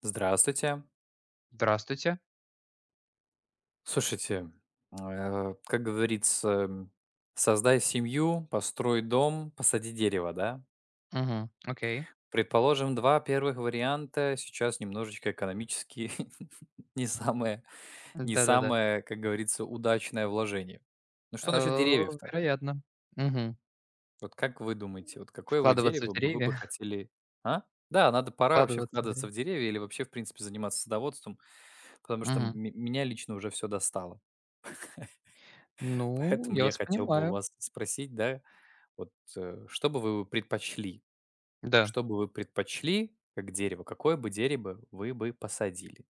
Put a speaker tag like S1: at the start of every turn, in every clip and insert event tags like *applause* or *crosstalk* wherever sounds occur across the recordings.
S1: Здравствуйте.
S2: Здравствуйте.
S1: Слушайте, как говорится, создай семью, построй дом, посади дерево, да?
S2: Мгм. Окей.
S1: Предположим, два первых варианта сейчас немножечко экономически *laughs* не самое, не
S2: Да-да-да.
S1: самое, как говорится, удачное вложение. Ну что насчет
S2: Э,
S1: деревьев-то?
S2: Вероятно. Мгм.
S1: Вот как вы думаете, вот какое вы
S2: Вкладываться в
S1: дерево бы вы бы
S2: деревья, *laughs*
S1: хотели, а? Да, надо пора вообще
S2: вкладываться в
S1: вкладываться
S2: деревья.
S1: в деревья или вообще, в принципе, заниматься садоводством, потому что
S2: Мгм.
S1: меня лично уже все достало.
S2: Ну,
S1: Поэтому
S2: я
S1: я
S2: вас
S1: хотел бы у
S2: понимаю.
S1: вас спросить, да, вот, что бы вы предпочли?
S2: Да.
S1: Что бы вы предпочли как дерево? Какое бы дерево вы бы посадили?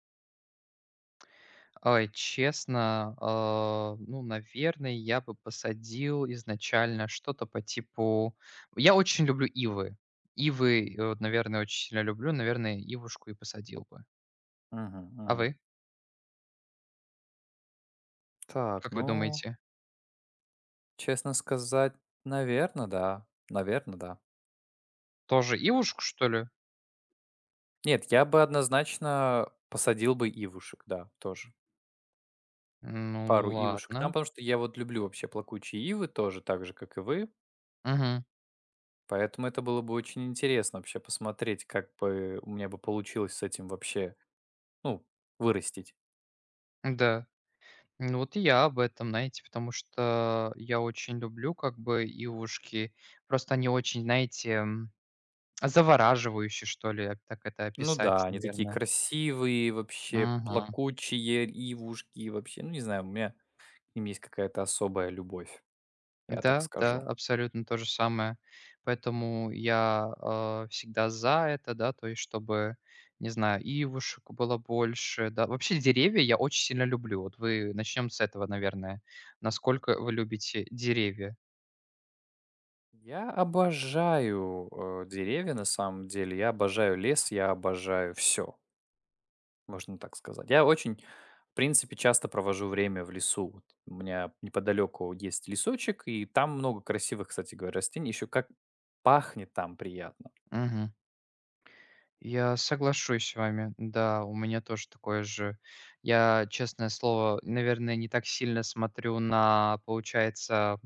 S2: Ой, честно, ну, наверное, я бы посадил изначально что-то по типу. Я очень люблю ивы. Ивы, вот, наверное, очень сильно люблю. Наверное, ивушку и посадил бы.
S1: Мгм,
S2: А
S1: мгм.
S2: вы?
S1: Так,
S2: Как вы
S1: ну,
S2: думаете?
S1: честно сказать, наверное, да. Наверное, да.
S2: Тоже ивушку, что ли?
S1: Нет, я бы однозначно посадил бы ивушек, да, тоже. Пару
S2: Ну,
S1: ивушек там,
S2: ладно.
S1: потому что я вот люблю вообще плакучие ивы тоже, так же, как и вы.
S2: Угу.
S1: Поэтому это было бы очень интересно вообще посмотреть, как бы у меня бы получилось с этим вообще, ну, вырастить.
S2: Да. Ну, вот и я об этом, знаете, потому что я очень люблю как бы ивушки. Просто они очень, знаете, завораживающие, что ли, так это
S1: Ну да,
S2: описать,
S1: они такие
S2: наверное.
S1: красивые, вообще
S2: Мгм.
S1: плакучие ивушки, вообще, ну не знаю, у меня к ним есть какая-то особая любовь, я так
S2: Да,
S1: скажу.
S2: да, абсолютно то же самое. Поэтому я всегда за это, да, то есть чтобы, не знаю, ивушек было больше, да. Вообще деревья я очень сильно люблю. Вот вы начнем с этого, наверное. Насколько вы любите деревья?
S1: Я обожаю, деревья на самом деле, я обожаю лес, я обожаю все, можно так сказать. Я очень, в принципе, часто провожу время в лесу. Вот у меня неподалеку есть лесочек, и там много красивых, кстати говоря, растений. Еще как пахнет там приятно.
S2: Мгм. Я соглашусь с вами. Да, у меня тоже такое же. Я, честное слово, наверное, не так сильно смотрю на, получается,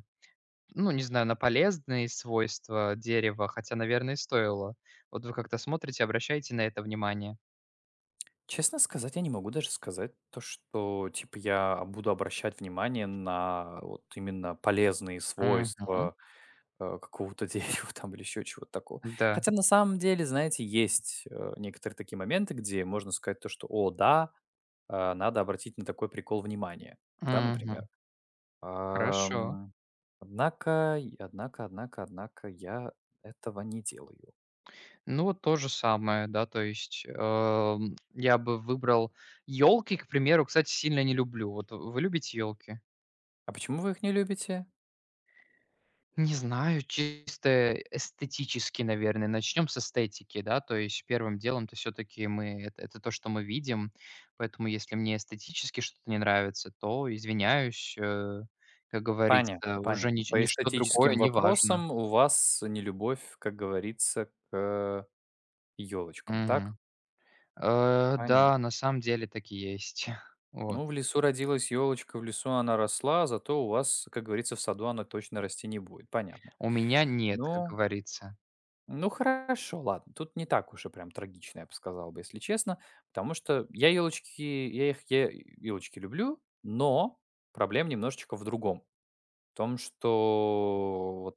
S2: ну, не знаю, на полезные свойства дерева, хотя, наверное, стоило. Вот вы как-то смотрите, обращаете на это внимание.
S1: Честно сказать, я не могу даже сказать то, что, типа, я буду обращать внимание на вот именно полезные
S2: Мгм.
S1: свойства, какого-то *laughs* дерева там или еще чего-то такого.
S2: Да.
S1: Хотя на самом деле, знаете, есть, некоторые такие моменты, где можно сказать то, что: "О да, надо обратить на такой прикол внимание". Да, например.
S2: Мгм. Хорошо.
S1: Ам, однако, однако я этого не делаю.
S2: Ну, вот то же самое, да, то есть я бы выбрал елки, к примеру, кстати, сильно не люблю. Вот вы любите елки?
S1: А почему вы их не любите?
S2: Не знаю, чисто эстетически, наверное. Начнем с эстетики, да, то есть первым делом-то все-таки мы это то, что мы видим, поэтому если мне эстетически что-то не нравится, то извиняюсь, как
S1: Понятно,
S2: говорится, уже
S1: понятно. По
S2: ничто
S1: эстетическим
S2: другое не важно.
S1: вопросам у вас нелюбовь, как говорится, к елочкам, так?
S2: Мгм. Да, на
S1: Понятно.
S2: самом деле так и есть. *laughs* Вот.
S1: Ну, в лесу родилась елочка, в лесу она росла, зато у вас, как говорится, в саду она точно расти не будет. Понятно.
S2: У меня нет, как
S1: Ну,
S2: говорится.
S1: ну хорошо, ладно. Тут не так уж и прям трагично, я бы сказал бы, если честно. Потому что я елочки люблю, но проблема немножечко в другом. В том, что вот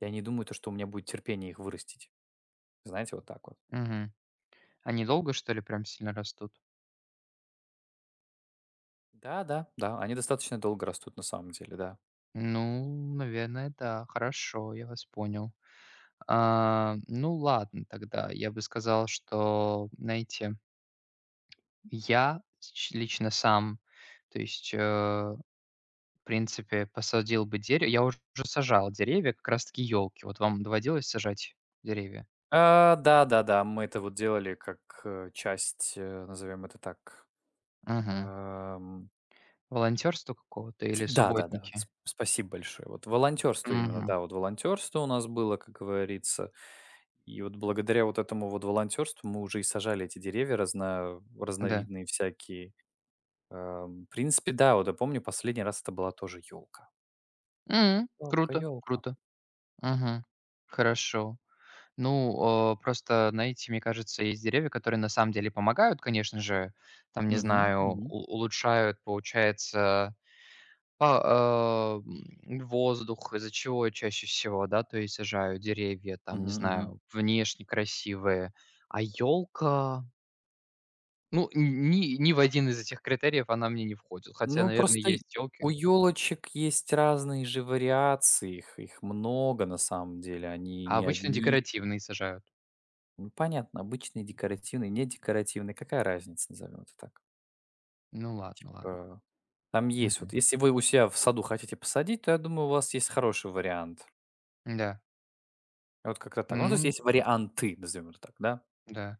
S1: я не думаю, то, что у меня будет терпение их вырастить. Знаете, вот так вот.
S2: Мгм. Они долго, что ли, прям сильно растут?
S1: Да, они достаточно долго растут на самом деле, да.
S2: Ну, наверное, да. Хорошо, я вас понял. А, ну ладно тогда. Я бы сказал, что, знаете, я лично сам, то есть, в принципе, посадил бы дерево. Я уже сажал деревья, как раз-таки елки. Вот вам доводилось сажать деревья?
S1: А, да-да-да, мы это вот делали как, часть, назовем это так,
S2: Мгм.
S1: ам,
S2: Волонтерство какого-то
S1: ти
S2: или
S1: да-да-да, сп
S2: субботники?
S1: спасибо большое. Вот волонтерство именно,
S2: Мгм.
S1: да, вот волонтерство у нас было, как говорится. И вот благодаря вот этому вот волонтерству мы уже и сажали эти деревья
S2: Да.
S1: разновидные всякие. В принципе, да, вот я помню, последний раз это была тоже елка елка
S2: Круто,
S1: елка
S2: круто. Мгм. Хорошо. Ну, просто, знаете, мне кажется, есть деревья, которые на самом деле помогают, конечно же. Там, не
S1: Мгм,
S2: знаю,
S1: мгм,
S2: улучшают, получается, воздух, из-за чего чаще всего, да, то есть сажают деревья, там, не
S1: мгм.
S2: знаю, внешне красивые. А елка, ну, ни в один из этих критериев она мне не входит. Хотя,
S1: Ну,
S2: наверное,
S1: просто и
S2: есть
S1: у
S2: елки.
S1: елочек есть разные же вариации, их много на самом деле, они
S2: А
S1: не
S2: обычно
S1: одни.
S2: декоративные сажают.
S1: Ну, понятно, обычные, декоративные, не декоративные, какая разница, назовем это так.
S2: Ну ладно, ладно.
S1: Э, там есть вот,
S2: Мгм.
S1: если вы у себя в саду хотите посадить, то я думаю, у вас есть хороший вариант.
S2: Да.
S1: Вот как-то так. Ну, то есть
S2: Ну,
S1: есть варианты, назовем это так, да?
S2: да.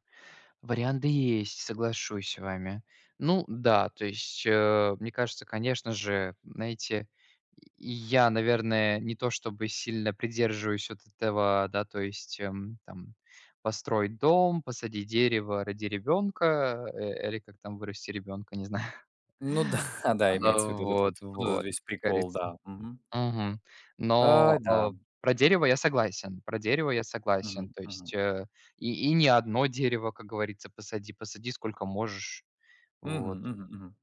S2: Варианты есть, соглашусь с вами. Ну да, то есть, мне кажется, конечно же, знаете, и я, наверное, не то чтобы сильно придерживаюсь вот этого, да, то есть, там, построй дом, посади дерево, роди ребенка, или как там вырасти ребенка, не знаю.
S1: Ну да,
S2: *laughs*
S1: *laughs* да,
S2: А,
S1: имеется в виду этот вот,
S2: вот,
S1: вот этот
S2: вот,
S1: весь
S2: как
S1: прикол,
S2: говорится.
S1: да. Мгм.
S2: Мгм.
S1: А,
S2: Но,
S1: да.
S2: про дерево я согласен, про дерево я согласен.
S1: Мгм,
S2: То
S1: мгм.
S2: есть, и не одно дерево, как говорится, посади, посади сколько можешь.
S1: Мгм,
S2: Вот.
S1: мгм, мгм.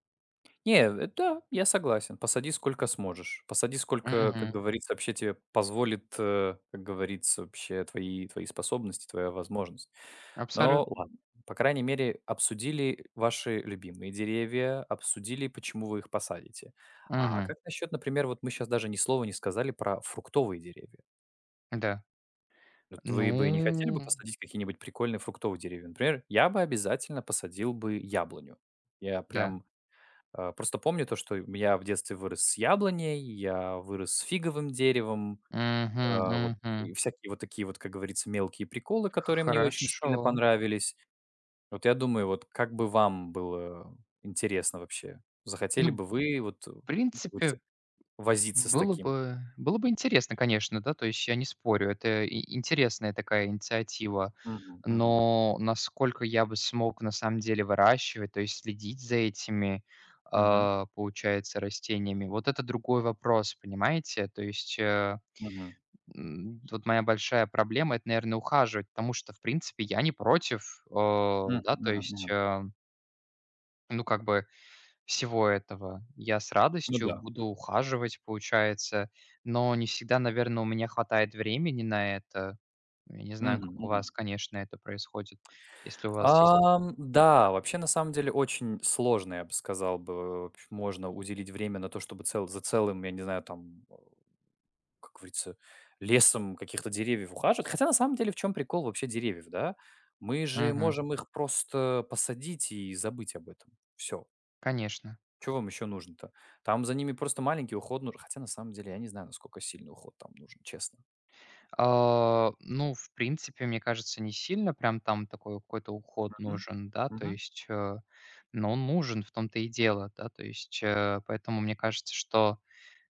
S1: Не, да, я согласен. Посади сколько сможешь. Посади сколько, как
S2: Мгм.
S1: говорится, вообще тебе позволит, как говорится, вообще твои способности, твоя возможность. Но,
S2: Абсолютно.
S1: ладно, по крайней мере, обсудили ваши любимые деревья, обсудили, почему вы их посадите. А
S2: Мгм.
S1: как насчет, например, вот мы сейчас даже ни слова не сказали про фруктовые деревья.
S2: Да.
S1: Вот вы бы не хотели бы
S2: Ну
S1: посадить какие-нибудь прикольные фруктовые деревья? Например, я бы обязательно посадил бы яблоню. Я
S2: да.
S1: прям просто помню то, что я в детстве вырос с яблоней, я вырос с фиговым деревом,
S2: Мгм,
S1: вот
S2: мгм.
S1: и всякие вот такие вот, как говорится, мелкие приколы, которые мне очень сильно
S2: Хорошо.
S1: понравились. Вот я думаю, вот как бы вам было интересно вообще? Захотели
S2: Ну,
S1: бы вы вот,
S2: в
S1: как говорится,
S2: принципе,
S1: возиться с
S2: Было
S1: таким?
S2: бы было бы интересно, конечно, да, то есть я не спорю, это и интересная такая инициатива.
S1: Мгм, мгм,
S2: Но насколько я бы смог на самом деле выращивать, то есть следить за этими,
S1: мгм,
S2: получается, растениями, вот это другой вопрос, понимаете? То есть,
S1: мгм,
S2: вот моя большая проблема- это, наверное, ухаживать, потому что, в принципе, я не против,
S1: мгм,
S2: да, то
S1: мгм,
S2: есть,
S1: мгм.
S2: ну, как бы всего этого. Я с
S1: Ну
S2: радостью
S1: да.
S2: буду ухаживать, получается, но не всегда, наверное, у меня хватает времени на это. Ну, я не знаю,
S1: Мгм,
S2: как у
S1: мгм.
S2: вас, конечно, это происходит, если у вас есть.
S1: Да, вообще, на самом деле, очень сложно, я бы сказал бы, можно уделить время на то, чтобы цел, за целым, я не знаю, там, как говорится, лесом каких-то деревьев ухаживать. Хотя, на самом деле, в чем прикол вообще деревьев, да? Мы же
S2: Мгм.
S1: можем их просто посадить и забыть об этом. Все.
S2: Конечно.
S1: Чего вам еще нужно-то? Там за ними просто маленький уход нужен. Хотя, на самом деле, я не знаю, насколько сильный уход там нужен, честно.
S2: А, ну, в принципе, мне кажется, не сильно прям там такой какой-то уход
S1: Мгм.
S2: нужен, да, то
S1: Мгм.
S2: есть, но он нужен, в том-то и дело, да, то есть, поэтому мне кажется, что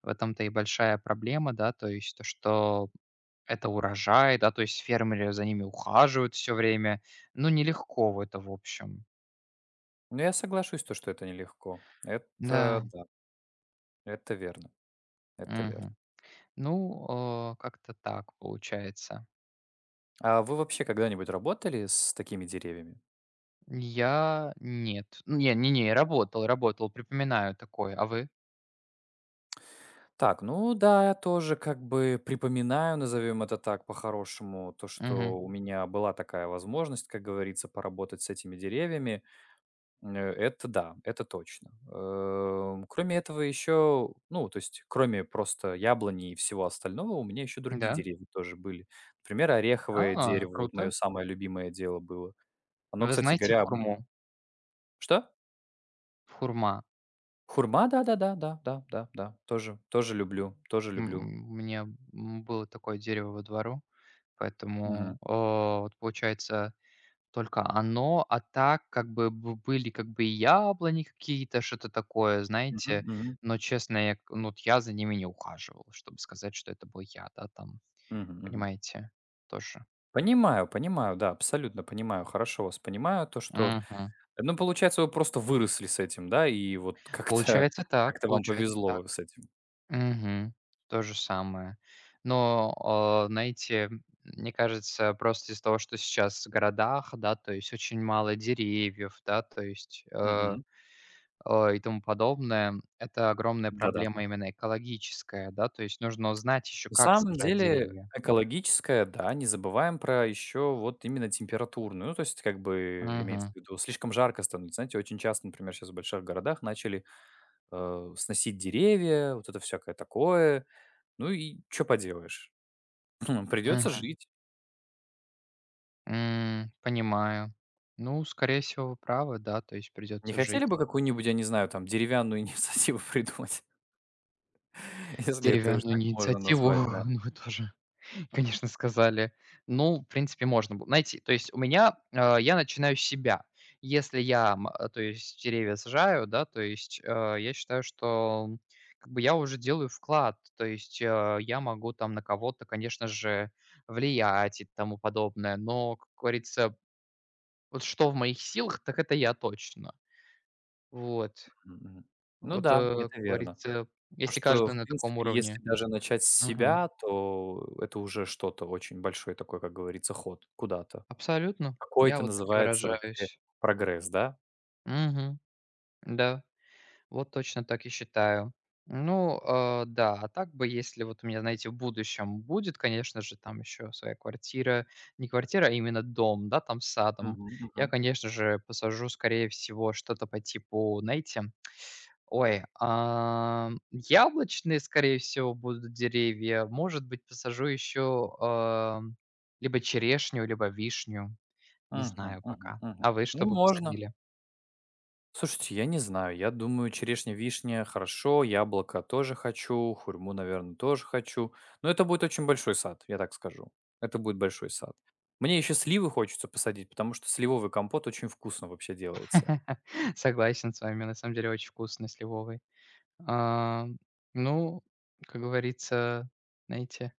S2: в этом-то и большая проблема, да, то есть то, что это урожай, да, то есть фермеры за ними ухаживают все время. Ну, нелегко в это, в общем.
S1: Но я соглашусь, то, что это нелегко. Это
S2: Да,
S1: да, это верно. Это верно.
S2: мгм. Ну, как-то так получается.
S1: А вы вообще когда-нибудь работали с такими деревьями?
S2: Я нет. Ну, не не не, работал, работал, припоминаю такое. А вы?
S1: Так, ну да, я тоже как бы припоминаю, назовем это так по-хорошему, то,
S2: Мгм.
S1: что у меня была такая возможность, как говорится, поработать с этими деревьями. Это да, это точно. Кроме этого еще, ну, то есть, кроме просто яблони и всего остального, у меня еще другие
S2: Да?
S1: деревья тоже были. Например, ореховое
S2: А,
S1: дерево, вот мое
S2: круто.
S1: самое любимое дело было. Оно,
S2: Вы
S1: кстати
S2: знаете
S1: говоря,
S2: хурму?
S1: что?
S2: Хурма.
S1: Хурма, да-да-да, да, да, да, да. да, да. Тоже люблю, тоже люблю.
S2: У меня, было такое дерево во двору,
S1: Мгм.
S2: поэтому, вот получается. Только оно, а так как бы были как бы и яблони какие-то, что-то такое,
S1: Мгм,
S2: знаете.
S1: мгм,
S2: Но честно, я к ну, вот я за ними не ухаживал, чтобы сказать, что это был я, да, там,
S1: мгм, мгм.
S2: понимаете, тоже.
S1: Понимаю, понимаю, да, абсолютно понимаю, хорошо вас понимаю. То, что,
S2: Мгм.
S1: ну, получается, вы просто выросли с этим, да, и вот как-то
S2: Получается так,
S1: как-то вам
S2: получается так.
S1: повезло с этим.
S2: Мгм. То же самое. Но, знаете, мне кажется, просто из-за того, что сейчас в городах, да, то есть очень мало деревьев, да, то есть,
S1: Мгм.
S2: и тому подобное. Это огромная
S1: Да-да.
S2: проблема именно экологическая, да, то есть нужно узнать еще,
S1: На
S2: как
S1: самом
S2: сажать
S1: деле
S2: деревья.
S1: экологическая, да, не забываем про еще вот именно температурную. Ну, то есть как бы имеется
S2: Мгм.
S1: в виду, слишком жарко становится. Знаете, очень часто, например, сейчас в больших городах начали сносить деревья, вот это всякое такое. Ну и что поделаешь? *laughs* Придется
S2: Мгм.
S1: жить.
S2: Понимаю. Ну, скорее всего, вы правы, да, то есть
S1: Не
S2: придется
S1: хотели бы
S2: жить.
S1: какую-нибудь, я не знаю, там, деревянную *laughs* инициативу придумать, *laughs* если это уже
S2: Деревянную
S1: так можно
S2: инициативу,
S1: назвать, да.
S2: *laughs* ну, тоже конечно, сказали. Ну, в принципе, можно было найти. То есть у меня, я начинаю с себя. Если я, то есть деревья сажаю, да, то есть, я считаю, что как бы я уже делаю вклад. То есть, я могу там на кого-то, конечно же, влиять и тому подобное. Но, как говорится, вот что в моих силах, так это я точно. Вот.
S1: Мгм. Ну
S2: Вот,
S1: да,
S2: как
S1: это верно.
S2: говорится,
S1: Потому
S2: если
S1: что,
S2: каждый
S1: в
S2: на таком
S1: принципе, если
S2: уровне.
S1: даже начать с
S2: Мгм.
S1: себя, то это уже что-то очень большой такой, как говорится, ход куда-то.
S2: Абсолютно.
S1: Какой
S2: Я
S1: это
S2: вот так и
S1: называется вообще
S2: выражаюсь.
S1: прогресс, да?
S2: Мгм. Да. Вот точно так и считаю. Ну, да, а так бы, если вот у меня, знаете, в будущем будет, конечно же, там еще своя квартира, не квартира, а именно дом, да, там с садом,
S1: Мгм, мгм.
S2: я, конечно же, посажу, скорее всего, что-то по типу, знаете, ой, яблочные, скорее всего, будут деревья, может быть, посажу еще либо черешню, либо вишню, не
S1: Мгм,
S2: знаю
S1: мгм,
S2: пока.
S1: мгм.
S2: А вы что
S1: Ну,
S2: бы
S1: можно.
S2: посадили?
S1: Слушайте, я не знаю. Я думаю, черешня, вишня — хорошо, яблоко тоже хочу, хурьму, наверное тоже хочу. Но это будет очень большой сад, я так скажу. Это будет большой сад. Мне еще сливы хочется посадить, потому что сливовый компот очень вкусно вообще делается.
S2: *laughs* Согласен с вами, на самом деле очень вкусно с сливовой. А, ну, как говорится, знаете,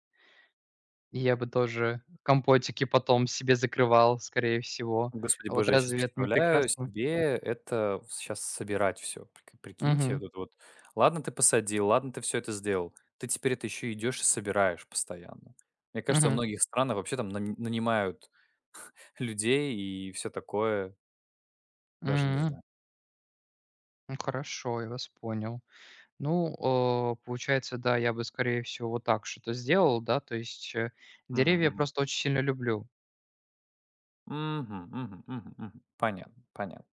S2: я бы тоже компотики потом себе закрывал, скорее всего.
S1: Господи
S2: А вот
S1: боже, я сейчас
S2: разве это не
S1: представляю
S2: прекрасно?
S1: себе это сейчас собирать все, прикиньте,
S2: Угу,
S1: вот это вот: ладно, ты посадил, ладно, ты все это сделал, ты теперь это еще идешь и собираешь постоянно. Мне кажется, во
S2: угу,
S1: многих странах вообще там нанимают людей и все такое. Даже не
S2: м.
S1: знаю.
S2: Ну, хорошо, я вас понял. Ну, получается, да, я бы, скорее всего, вот так что-то сделал, да, то есть,
S1: Мгм,
S2: деревья
S1: мгм.
S2: просто очень сильно люблю.
S1: Мгм, мгм, мгм, мгм. Понятно, понятно.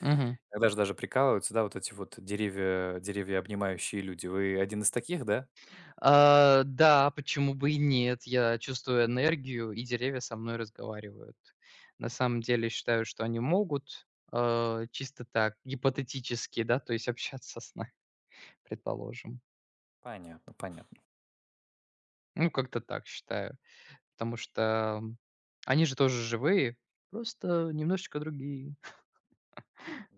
S2: Мгм.
S1: Иногда же даже прикалываются, да, вот эти вот деревья обнимающие люди. Вы один из таких, да?
S2: А, да, почему бы и нет? Я чувствую энергию, и деревья со мной разговаривают. На самом деле считаю, что они могут, чисто так, гипотетически, да, то есть общаться с нами, *laughs* предположим.
S1: Понятно, понятно.
S2: Ну, как-то так считаю. Потому что м, они же тоже живые, просто немножечко другие.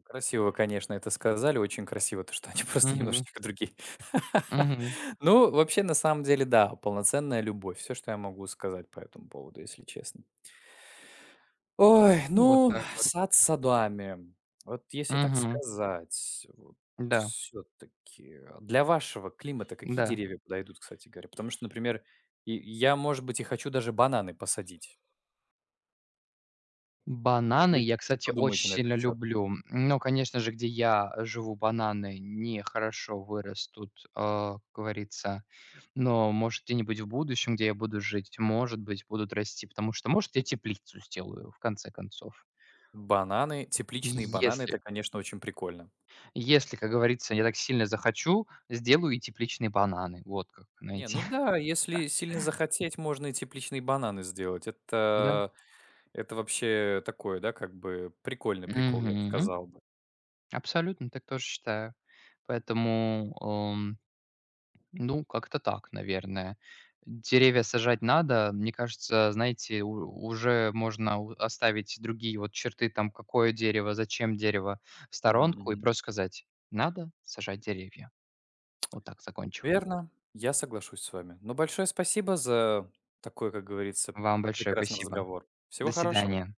S1: Красиво вы, конечно, это сказали. Очень красиво, то, что они *laughs* просто
S2: Мгм.
S1: немножечко другие. *laughs*
S2: Мгм.
S1: Ну, вообще, на самом деле, да, полноценная любовь. Все, что я могу сказать по этому поводу, если честно. Ой,
S2: Ну, вот
S1: ну,
S2: так вот.
S1: сад с садами. Вот если так
S2: Мгм.
S1: сказать, вот
S2: Да,
S1: всё-таки, а для вашего климата какие
S2: да.
S1: деревья подойдут, кстати говоря? Потому что, например, и я, может быть, и хочу даже бананы посадить. Вот
S2: Бананы
S1: вы
S2: я, кстати,
S1: что
S2: очень
S1: думаете на этот
S2: сильно
S1: счет?
S2: люблю. Но, конечно же, где я живу, бананы нехорошо вырастут, а, как говорится. Но, может, где-нибудь в будущем, где я буду жить, может быть, будут расти, потому что, может, я теплицу сделаю, в конце концов.
S1: Бананы, тепличные бананы —
S2: Если,
S1: это, конечно, очень прикольно.
S2: если, как говорится, я так сильно захочу, сделаю и тепличные бананы. Вот как,
S1: Не,
S2: знаете.
S1: ну
S2: *laughs*
S1: да, если сильно захотеть, можно и тепличные бананы сделать.
S2: Да.
S1: Это вообще такое, да, как бы прикольный прикол, я бы
S2: Мгм.
S1: сказал бы.
S2: Абсолютно, так тоже считаю. Поэтому. Ну, как-то так, наверное. Деревья сажать надо. Мне кажется, знаете, уже можно оставить другие вот черты, там, какое дерево, зачем дерево, в
S1: Мгм,
S2: сторонку и
S1: мгм.
S2: просто сказать, надо сажать деревья. Вот так закончу.
S1: Верно, я соглашусь с вами. Но большое спасибо за такой, как говорится,
S2: Вам большое
S1: прекрасный
S2: спасибо.
S1: разговор. Всего
S2: До
S1: хорошего.
S2: свидания.